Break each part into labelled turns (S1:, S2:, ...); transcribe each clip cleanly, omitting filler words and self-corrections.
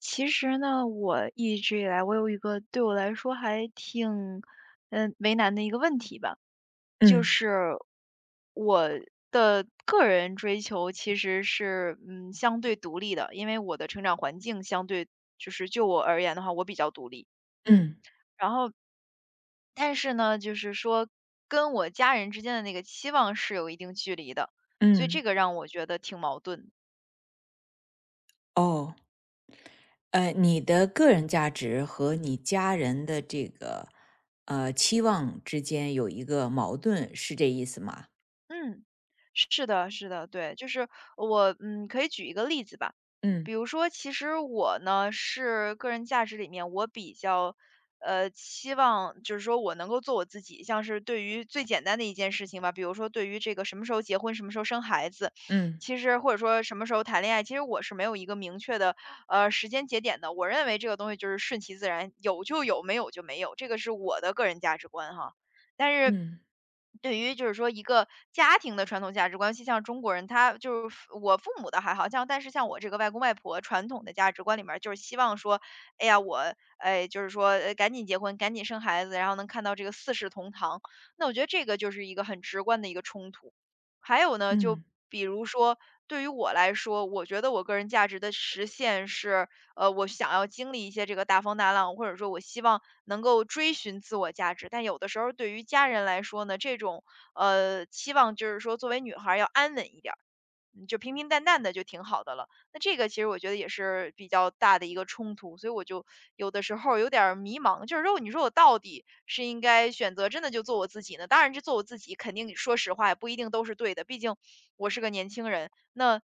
S1: 其实呢，我一直以来，我有一个对我来说还挺，为难的一个问题吧，就
S2: 嗯
S1: 是我的个人追求其实是，相对独立的，因为我的成长环境相对，就是就我而言的话，我比较独立，嗯，
S2: 嗯
S1: 然后但是呢，就是说跟我家人之间的那个期望是有一定距离的，所以
S2: 嗯，
S1: 这个让我觉得挺矛盾的。
S2: 哦，你的个人价值和你家人的这个期望之间有一个矛盾，是这意思吗？
S1: 嗯，是的，是的，对，就是我可以举一个例子吧，
S2: 嗯
S1: 比如说，其实我呢是个人价值里面，我比较，期望就是说我能够做我自己，像是对于最简单的一件事情吧，比如说对于这个什么时候结婚，什么时候生孩子，
S2: 嗯
S1: 其实或者说什么时候谈恋爱，其实我是没有一个明确的，时间节点的。我认为这个东西就是顺其自然，有就有，没有就没有，这个是我的个人价值观哈，但是。
S2: 嗯
S1: 对于就是说一个家庭的传统价值观，像中国人，他就是我父母的还好像，但是像我这个外公外婆传统的价值观里面儿就是希望说，哎呀，我，哎，就是说，赶紧结婚，赶紧生孩子，然后能看到这个四世同堂。那我觉得这个就是一个很直观的一个冲突。还有呢，就
S2: 嗯
S1: 比如说对于我来说，我觉得我个人价值的实现是，我想要经历一些这个大风大浪，或者说我希望能够追寻自我价值。但有的时候对于家人来说呢，这种期望就是说，作为女孩儿要安稳一点儿。嗯，就平平淡淡的就挺好的了。那这个其实我觉得也是比较大的一个冲突，所以我就有的时候有点儿迷茫，就是如果你说我到底是应该选择真的就做我自己呢？当然，这做我自己肯定说实话也不一定都是对的，毕竟我是个年轻人。那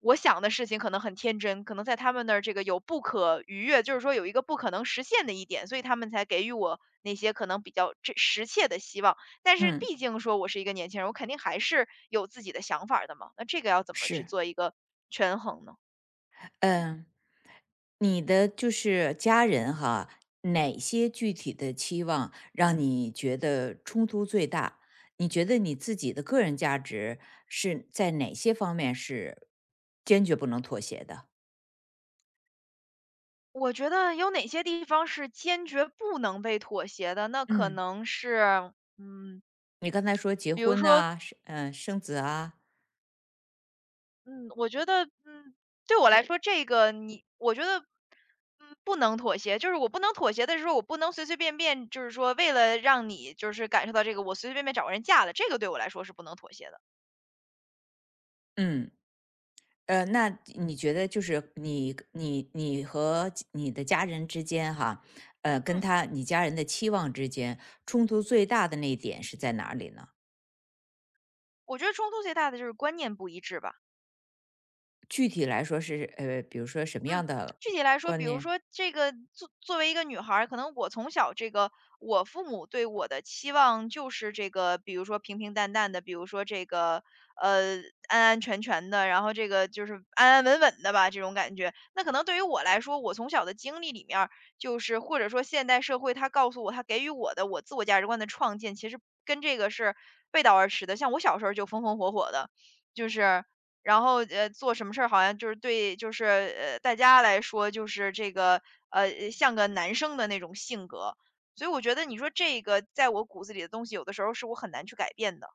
S1: 我想的事情可能很天真，可能在他们那儿这个有不可逾越，就是说有一个不可能实现的一点，所以他们才给予我那些可能比较这实切的希望。但是
S2: 嗯，
S1: 毕竟说我是一个年轻人，我肯定还是有自己的想法儿的嘛，那这个要怎么去
S2: 是，
S1: 做一个权衡呢？
S2: 嗯，你的就是家人哈，哪些具体的期望让你觉得冲突最大？你觉得你自己的个人价值是在哪些方面是坚决不能妥协的？
S1: 我觉得有哪些地方是坚决不能被妥协的？那可
S2: 嗯。
S1: 能是，嗯，
S2: 你刚才说结
S1: 比如
S2: 婚
S1: 说，
S2: 啊，生子啊，
S1: 嗯，我觉得，对我来说，这个你，我觉得，不能妥协。就是我不能妥协的是说，我不能随随便便，就是说为了让你就是感受到这个，我随随便便找个人嫁了，这个对我来说是不能妥协的。
S2: 嗯，那你觉得就是你和你的家人之间哈，
S1: 嗯，
S2: 你家人的期望之间冲突最大的那一点是在哪里呢？
S1: 我觉得冲突最大的就是观念不一致吧。
S2: 具体来说是比如说什么
S1: 嗯，
S2: 样的
S1: 具体来说，
S2: 观
S1: 比如
S2: 念？
S1: 说这个作为一个女孩儿，可能我从小这个我父母对我的期望就是这个，比如说平平淡淡的，比如说这个呃安安全全的，然后这个就是安安稳稳的吧，这种感觉。那可能对于我来说，我从小的经历里面儿，就是或者说现代社会它告诉我，它给予我的我自我价值观的创建，其实跟这个是背道而驰的。像我小时候就风风火火的，就是。然后，做什么事儿好像就是对就是，大家来说就是这个，像个男生的那种性格。所以我觉得你说这个在我骨子里的东西，有的时候是我很难去改变的。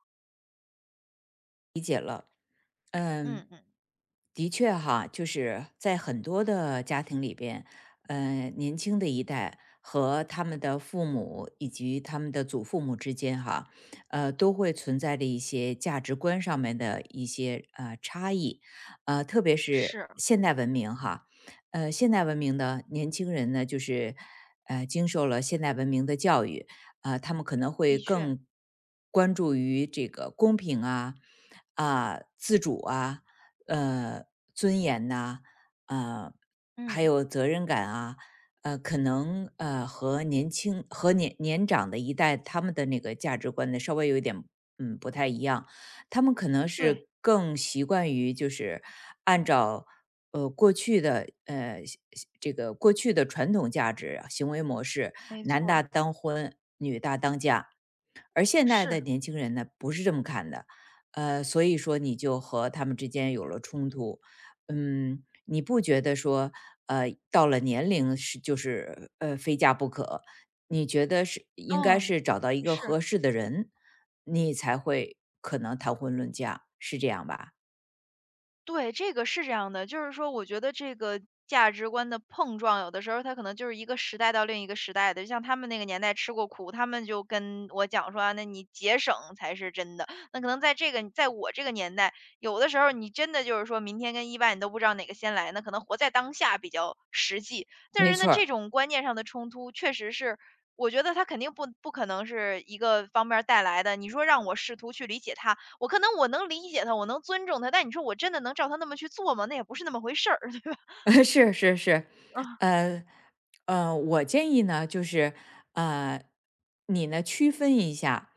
S2: 嗯，
S1: 嗯嗯，
S2: 的确哈，就是在很多的家庭里边，年轻的一代和他们的父母以及他们的祖父母之间哈，都会存在着一些价值观上面的一些差异，特别是
S1: 是，
S2: 现代文明哈，现代文明的年轻人呢，就是经受了现代文明的教育，啊、他们可能
S1: 的
S2: 会
S1: 确，
S2: 更关注于这个公平啊。啊、自主啊，呃，尊严呐、呃，还
S1: 嗯，
S2: 有责任感啊，可能和年长的一代他们的那个价值观呢稍微有一点不太一样，他们可能
S1: 对，
S2: 是更习惯于就是按照过去的呃西西这个过去的传统价值啊行为模式，
S1: 没
S2: 男
S1: 错
S2: 大
S1: 儿，
S2: 当婚，女大当嫁，而现在
S1: 是，
S2: 的年轻人呢，不是这么看的，所以说你就和他们之间有了冲突。嗯，你不觉得说，到了年龄就是非嫁不可？你觉得是应该
S1: 嗯，
S2: 是找到一个
S1: 是。
S2: 合适的人，你才会可能谈婚论嫁，是这样吧？
S1: 对，这个是这样的，就是说我觉得这个价值观的碰撞，有的时候它可能就是一个时代到另一个时代的，就像他们那个年代吃过苦，他们就跟我讲说啊那你节省才是真的。那可能在这个，在我这个年代，有的时候你真的就是说明天跟意外你都不知道哪个先来，那可能活在当下比较实际。但
S2: 没
S1: 是呢，
S2: 错儿
S1: 这种观念上的冲突，确实是。我觉得它肯定不可能是一个方面儿带来的。你说让我试图去理解它，我能理解他，我能尊重他，但你说我真的能照他那么去做吗？那也不是那么回事儿，对吧？
S2: 是是是，
S1: 啊，
S2: 呃我建议呢，就是呃，你呢区分一下，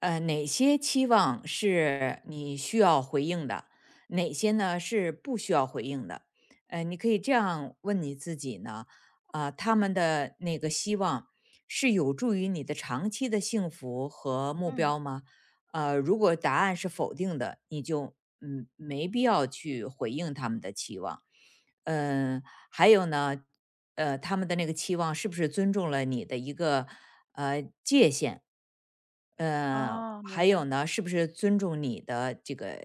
S2: 哪些期望是你需要回应的，哪些呢是不需要回应的。你可以这样问你自己呢，啊、他们的那个希望是有助于你的长期的幸福和目
S1: 嗯，
S2: 标吗？如果答案是否定的，你就没必要去回应他们的期望。嗯，还有呢，他们的那个期望是不是尊重了你的一个呃
S1: 哦，
S2: 还
S1: 明白，
S2: 有呢，是不是尊重你的这个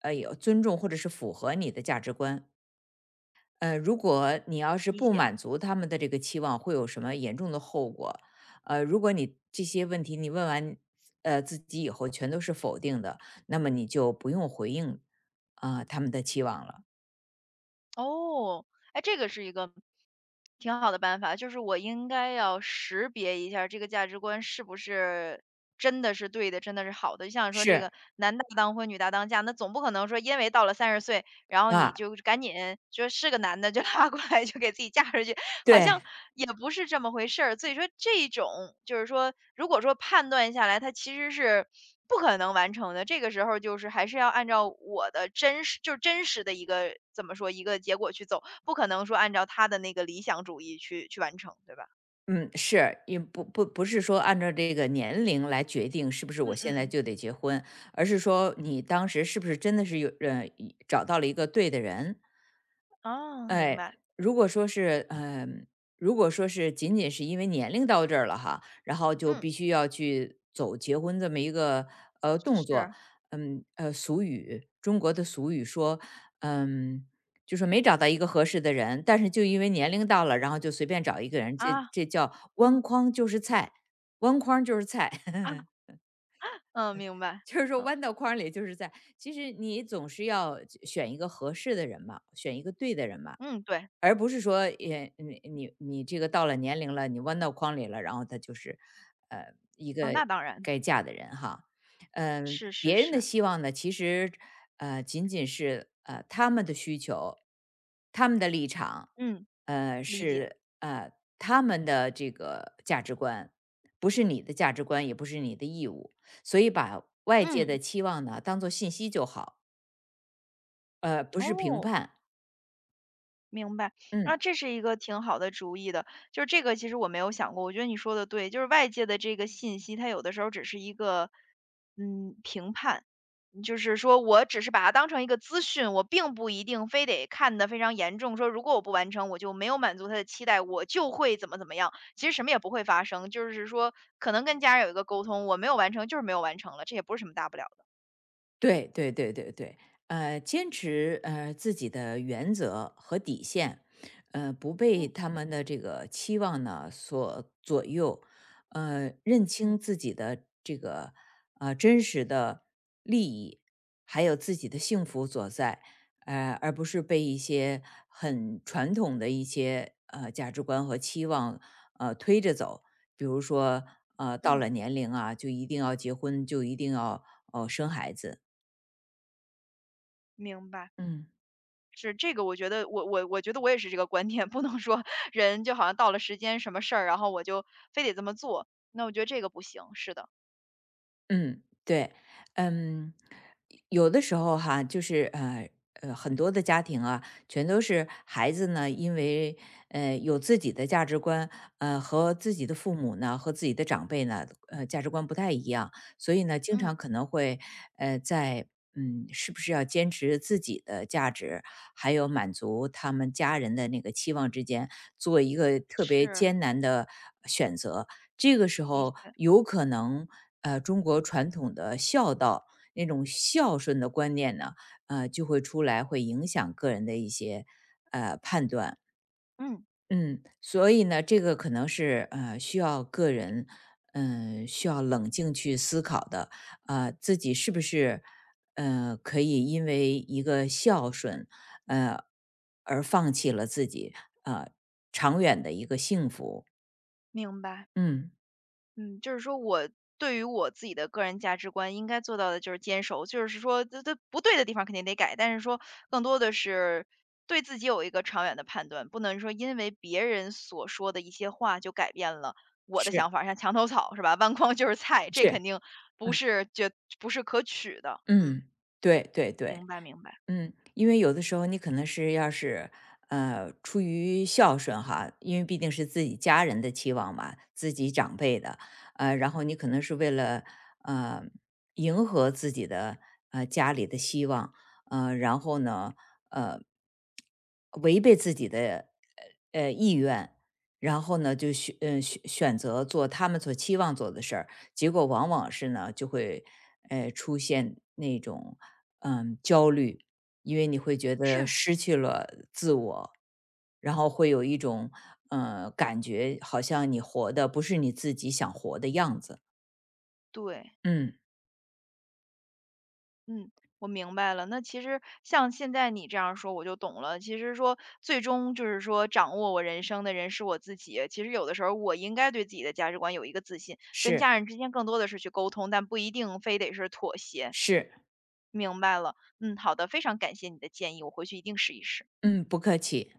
S2: 有尊重或者是符合你的价值观？如果你要是
S1: 理
S2: 不
S1: 解。
S2: 满足他们的这个期望，会有什么严重的后果？如果你这些问题你问完自己以后全都是否定的，那么你就不用回应啊、他们的期望了。
S1: 哦，哎，这个是一个挺好的办法，就是我应该要识别一下这个价值观是不是真的是对的，真的是好的。就像说这
S2: 是
S1: 个男大当婚，女大当嫁，那总不可能说因为到了30岁，然后你
S2: 啊，
S1: 就赶紧就是个男的就拉过来就给自己嫁出去，好像
S2: 对，
S1: 也不是这么回事儿。所以说这种就是说，如果说判断下来，它其实是不可能完成的。这个时候就是还是要按照我的真实，就是真实的一个怎么说一个结果去走，不可能说按照他的那个理想主义去完成，对吧？
S2: 嗯，是，也不是说按照这个年龄来决定是不是
S1: 嗯
S2: 我
S1: 嗯
S2: 现在
S1: 嗯，
S2: 就得结婚，而是说你当时是不是真的是找到了一个对的人。
S1: 哦，明
S2: 哎，
S1: 白，
S2: 如果说是，嗯，如果说是仅仅是因为年龄到这儿了哈，然后就
S1: 嗯，
S2: 必须要去走结婚这么一个动作，
S1: 是
S2: 中国的俗语说，嗯，就说没找到一个合适的人，但是就因为年龄到了，然后就随便找一个人，这
S1: 啊，
S2: 这叫
S1: 嗯
S2: 弯筐就是菜，弯筐就是菜。
S1: 啊，嗯，明白，
S2: 就是说
S1: 嗯
S2: 弯到筐里就是菜。其实你总是要选一个合适的人嘛，选一个对的人嘛。
S1: 嗯，对，
S2: 而不是说也你你你这个到了年龄了，你弯到筐里了，然后他就是，一
S1: 哦，
S2: 个
S1: 那当然
S2: 该嫁的人哈。嗯，
S1: 是是
S2: 别人的
S1: 是，
S2: 希望呢，其实仅仅是他们的需求，他们的立场，
S1: 嗯，理解，
S2: 是他们的这个价值观，不是你的价值观，也不是你的义务，所以把外界的
S1: 嗯，
S2: 期望呢当做信息就好，不是评
S1: 哦。
S2: 判，
S1: 明白，
S2: 嗯。
S1: 那这是一个挺好的主意的，就是这个其实我没有想过，我觉得你说的对，就是外界的这个信息，它有的时候只是一个，评判，就是说我只是把它当成一个资讯，我并不一定非得看得非常严重，说如果我不完成，我就没有满足他的期待，我就会怎么怎么样，其实什么也不会发生，就是说可能跟家人有一个沟通，我没有完成就是没有完成了，这也不是什么大不了的，
S2: 对对对对对，坚持自己的原则和底线，不被
S1: 嗯
S2: 他们的这个期望呢所左右，认清
S1: 嗯
S2: 自己的这个真实的利益，还有自己的幸福所在，而不是被一些很传统的一些价值观和期望推着走，比如说到
S1: 嗯，
S2: 了年龄啊，就一定要结婚，就一定要生孩子，
S1: 明白。
S2: 嗯
S1: 是，这个我觉得我也是这个观点，不能说人就好像到了时间什么事儿，然后我就非得这么做，那我觉得这个不行，是的，
S2: 嗯，对，嗯，有的时候哈，就是很多的家庭啊，全都是孩子呢，因为有自己的价值观，和自己的父母呢，和自己的长辈呢，价值观不太一样，所以呢，经
S1: 嗯，
S2: 常可能会在是不是要坚持自己的价值，还有满足他们家人的那个期望之间，做一个特别
S1: 是，
S2: 艰难的选择，这个时
S1: 的
S2: 候
S1: 确，
S2: 有可能，中国传统的孝道那种孝顺的观念呢，就会出来，会影响个人的一些判断。
S1: 嗯，
S2: 嗯，所以呢，这个可能是需要个人，需要冷静去思考的，自己是不是可以因为一个孝顺，呃，而放弃了自己呃长远的一个幸福。
S1: 明白。
S2: 嗯，
S1: 嗯，就是说我对于我自己的个人价值观应该做到的就是坚守，就是说这不对的地方肯定得改，但是说更多的是对自己有一个长远的判断，不能说因为别人所说的一些话就改变了我的
S2: 是
S1: 想法，像墙头草是吧？弯筐就是菜，这
S2: 是，
S1: 肯定不是绝不是可取的。嗯，
S2: 嗯，对对对，
S1: 明白明白，
S2: 嗯，因为有的时候你可能要是，出于孝顺哈，因为毕竟是自己家人的期望嘛，自己长辈的，然后你可能是为了呃迎合自己的家里的希望，然后呢，呃，违背自己的意愿，然后呢就选择做他们所期望做的事儿，结果往往是呢就会出现那种焦虑，因为你会觉得
S1: 是
S2: 失去了自我，然后会有一种感觉，好像你活的不是你自己想活的样子。
S1: 对。
S2: 嗯，
S1: 嗯，我明白了。那其实像现在你这样说，我就懂了。其实说最终就是说，掌握我人生的人是我自己。其实有的时候，我应该对自己的价值观有一个自信，跟
S2: 是
S1: 家人之间更多的是去沟通，但不一定非得是妥协。
S2: 是，
S1: 明白了，嗯，好的，非常感谢你的建议，我回去一定试一试。
S2: 嗯，不客气。